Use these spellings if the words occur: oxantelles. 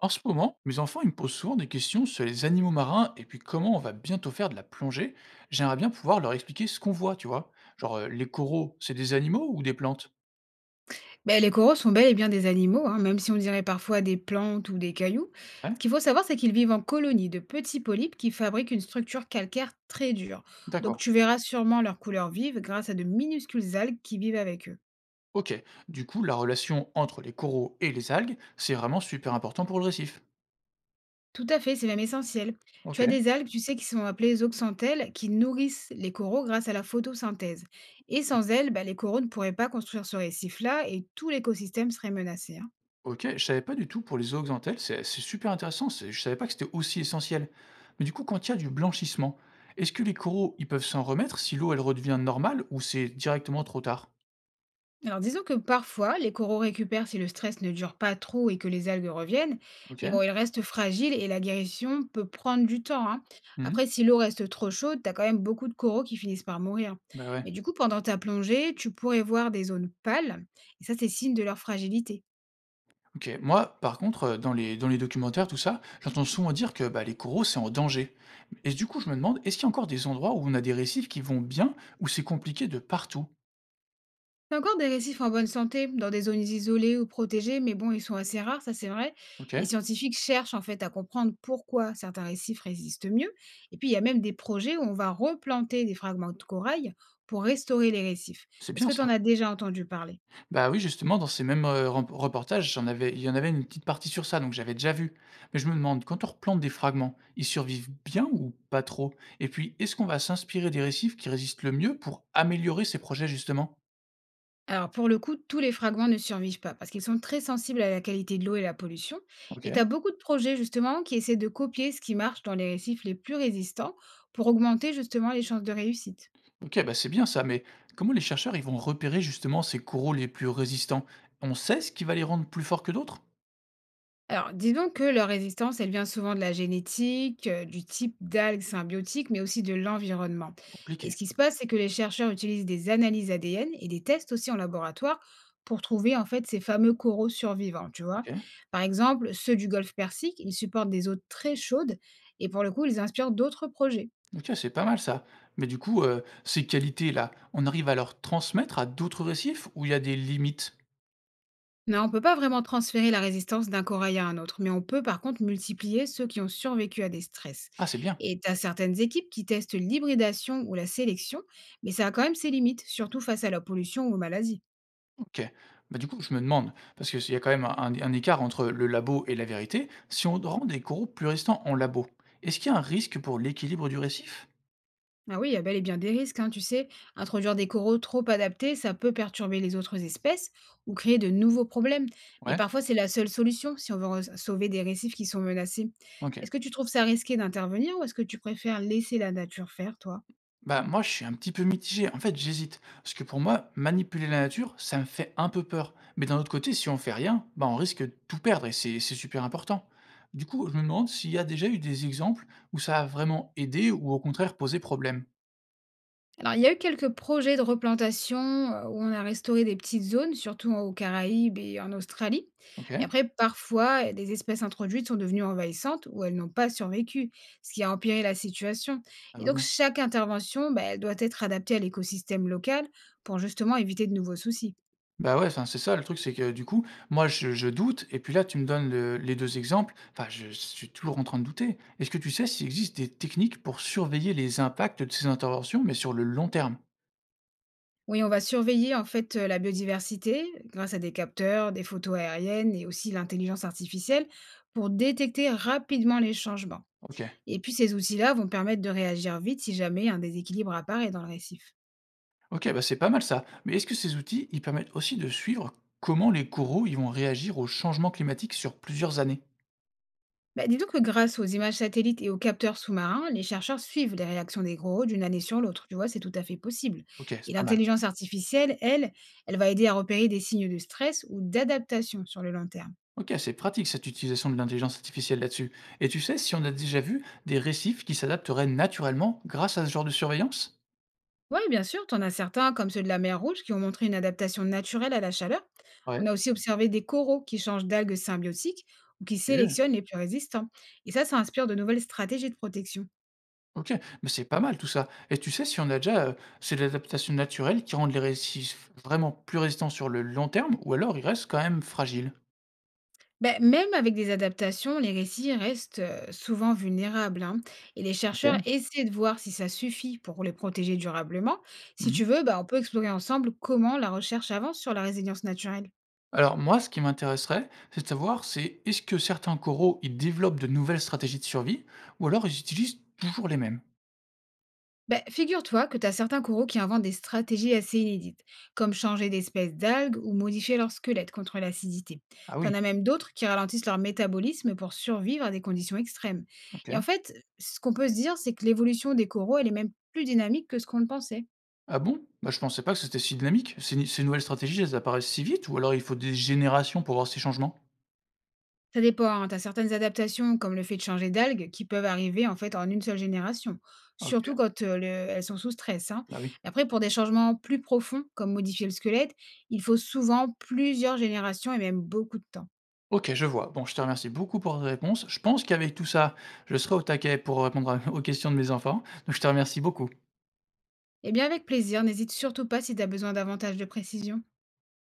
En ce moment, mes enfants ils me posent souvent des questions sur les animaux marins et puis comment on va bientôt faire de la plongée. J'aimerais bien pouvoir leur expliquer ce qu'on voit, tu vois. Genre, les coraux, c'est des animaux ou des plantes? Ben les coraux sont bel et bien des animaux, hein, même si on dirait parfois des plantes ou des cailloux. Ce Hein? qu'il faut savoir, c'est qu'ils vivent en colonies de petits polypes qui fabriquent une structure calcaire très dure. Donc D'accord. tu verras sûrement leur couleur vive grâce à de minuscules algues qui vivent avec eux. Ok. Du coup, la relation entre les coraux et les algues, c'est vraiment super important pour le récif. Tout à fait, c'est même essentiel. Tu Ok. as des algues, tu sais, qui sont appelées oxantelles, qui nourrissent les coraux grâce à la photosynthèse. Et sans elles, bah, les coraux ne pourraient pas construire ce récif-là et tout l'écosystème serait menacé, hein. Ok, je savais pas du tout pour les zooxanthelles, c'est super intéressant, je savais pas que c'était aussi essentiel. Mais du coup, quand il y a du blanchissement, est-ce que les coraux, ils peuvent s'en remettre si l'eau, elle redevient normale ou c'est directement trop tard? Alors disons que parfois, les coraux récupèrent si le stress ne dure pas trop et que les algues reviennent, Ok. mais bon, ils restent fragiles et la guérison peut prendre du temps, hein. Mmh. Après, si l'eau reste trop chaude, t'as quand même beaucoup de coraux qui finissent par mourir. Bah, ouais. Mais du coup, pendant ta plongée, tu pourrais voir des zones pâles, et ça, c'est signe de leur fragilité. OK. Moi, par contre, dans les documentaires, tout ça, j'entends souvent dire que, bah, les coraux, c'est en danger et du coup, je me demande, est-ce qu'il y a encore des endroits où on a des récifs qui vont bien ou c'est compliqué de partout? T'as encore des récifs en bonne santé, dans des zones isolées ou protégées, mais bon, ils sont assez rares, ça c'est vrai. OK, Les scientifiques cherchent en fait à comprendre pourquoi certains récifs résistent mieux. Et puis il y a même des projets où on va replanter des fragments de corail pour restaurer les récifs. c'est Est-ce bien que tu en ça. as déjà entendu parler? Bah, oui, justement, dans ces mêmes, reportages, j'en avais il y en avait une petite partie sur ça, donc j'avais déjà vu. Mais je me demande, quand on replante des fragments, ils survivent bien ou pas trop? Et puis, est-ce qu'on va s'inspirer des récifs qui résistent le mieux pour améliorer ces projets, justement? Alors pour le coup, tous les fragments ne survivent pas parce qu'ils sont très sensibles à la qualité de l'eau et la pollution. Et tu OK. as beaucoup de projets justement qui essaient de copier ce qui marche dans les récifs les plus résistants pour augmenter justement les chances de réussite. OK, bah, c'est bien ça, mais comment les chercheurs ils vont repérer justement ces coraux les plus résistants? On sait ce qui va les rendre plus forts que d'autres? Alors, disons que leur résistance, elle vient souvent de la génétique, du type d'algues symbiotiques, mais aussi de l'environnement. Et ce Compliqué. qui se passe, c'est que les chercheurs utilisent des analyses ADN et des tests aussi en laboratoire pour trouver en fait ces fameux coraux survivants, tu vois. OK. Par exemple, ceux du golfe Persique, ils supportent des eaux très chaudes et pour le coup, ils inspirent d'autres projets. OK, c'est pas mal ça. Mais du coup, ces qualités-là, on arrive à leur transmettre à d'autres récifs où il y a des limites? Non, on ne peut pas vraiment transférer la résistance d'un corail à un autre, mais on peut par contre multiplier ceux qui ont survécu à des stress. Ah, c'est bien. Et tu as certaines équipes qui testent l'hybridation ou la sélection, mais ça a quand même ses limites, surtout face à la pollution ou aux maladies. OK. Bah, du coup, je me demande, parce que s'il y a quand même un écart entre le labo et la vérité, si on rend des coraux plus résistants en labo, est-ce qu'il y a un risque pour l'équilibre du récif? Ah oui, il y a bel et bien des risques, hein, tu sais. Introduire des coraux trop adaptés, ça peut perturber les autres espèces ou créer de nouveaux problèmes. Mais Ouais, parfois, c'est la seule solution si on veut sauver des récifs qui sont menacés. OK. Est-ce que tu trouves ça risqué d'intervenir ou est-ce que tu préfères laisser la nature faire, toi? Bah, moi, je suis un petit peu mitigé. En fait, j'hésite. Parce que pour moi, manipuler la nature, ça me fait un peu peur. Mais d'un autre côté, si on fait rien, bah, on risque de tout perdre et c'est super important. Du coup, je me demande s'il y a déjà eu des exemples où ça a vraiment aidé ou au contraire posé problème. Alors, il y a eu quelques projets de replantation, où on a restauré des petites zones, surtout aux Caraïbes et en Australie. Ok? Mais après, parfois, des espèces introduites sont devenues envahissantes ou elles n'ont pas survécu, ce qui a empiré la situation. Ah Et bah donc, non. chaque intervention, bah, elle doit être adaptée à l'écosystème local pour justement éviter de nouveaux soucis. Bah ouais, enfin, c'est ça le truc, c'est que du coup, moi, je doute, et puis là tu me donnes les deux exemples, enfin je suis toujours en train de douter. Est-ce que tu sais s'il existe des techniques pour surveiller les impacts de ces interventions, mais sur le long terme? Oui, on va surveiller en fait, la biodiversité grâce à des capteurs, des photos aériennes et aussi l'intelligence artificielle pour détecter rapidement les changements. Ok. Et puis ces outils-là vont permettre de réagir vite si jamais un déséquilibre apparaît dans le récif. OK, bah, c'est pas mal ça. Mais est-ce que ces outils, ils permettent aussi de suivre comment les coraux ils vont réagir au changement climatique sur plusieurs années? Bah, dis donc que grâce aux images satellites et aux capteurs sous-marins, les chercheurs suivent les réactions des coraux d'une année sur l'autre. Tu vois, c'est tout à fait possible. OK, Et c'est pas mal. l'intelligence artificielle, elle, elle va aider à repérer des signes de stress ou d'adaptation sur le long terme. OK, c'est pratique cette utilisation de l'intelligence artificielle là-dessus. Et tu sais si on a déjà vu des récifs qui s'adapteraient naturellement grâce à ce genre de surveillance? Oui, bien sûr, tu en as certains, comme ceux de la mer Rouge, qui ont montré une adaptation naturelle à la chaleur. On Ouais. a aussi observé des coraux qui changent d'algues symbiotiques ou qui OK, sélectionnent les plus résistants. Et ça inspire de nouvelles stratégies de protection. OK, mais c'est pas mal tout ça. Et tu sais si on a déjà, c'est de l'adaptation naturelle qui rend les récifs vraiment plus résistants sur le long terme ou alors ils restent quand même fragiles? Ben, même avec des adaptations, les récits restent souvent vulnérables, hein, et les chercheurs OK. essaient de voir si ça suffit pour les protéger durablement. Si Mmh. tu veux, ben, on peut explorer ensemble comment la recherche avance sur la résilience naturelle. Alors moi, ce qui m'intéresserait, c'est de savoir, c'est est-ce que certains coraux, ils développent de nouvelles stratégies de survie ou alors ils utilisent toujours les mêmes? Ben, figure-toi que tu as certains coraux qui inventent des stratégies assez inédites, comme changer d'espèce d'algues ou modifier leur squelette contre l'acidité. Ah Tu en oui, as même d'autres qui ralentissent leur métabolisme pour survivre à des conditions extrêmes. Et en OK. fait, ce qu'on peut se dire, c'est que l'évolution des coraux, elle est même plus dynamique que ce qu'on le pensait. Ah bon? Bah, je pensais pas que c'était si dynamique. Ces, ces nouvelles stratégies, elles apparaissent si vite ou alors il faut des générations pour voir ces changements? Ça dépend, hein, tu certaines adaptations comme le fait de changer d'algue qui peuvent arriver en fait en une seule génération, surtout OK, quand elles sont sous stress, hein. bah oui. Après, pour des changements plus profonds comme modifier le squelette, il faut souvent plusieurs générations et même beaucoup de temps. OK, je vois. Bon, je te remercie beaucoup pour ta réponse. Je pense qu'avec tout ça, je serai au taquet pour répondre aux questions de mes enfants. Donc je te remercie beaucoup. Eh bien avec plaisir, n'hésite surtout pas si tu as besoin davantage de précision.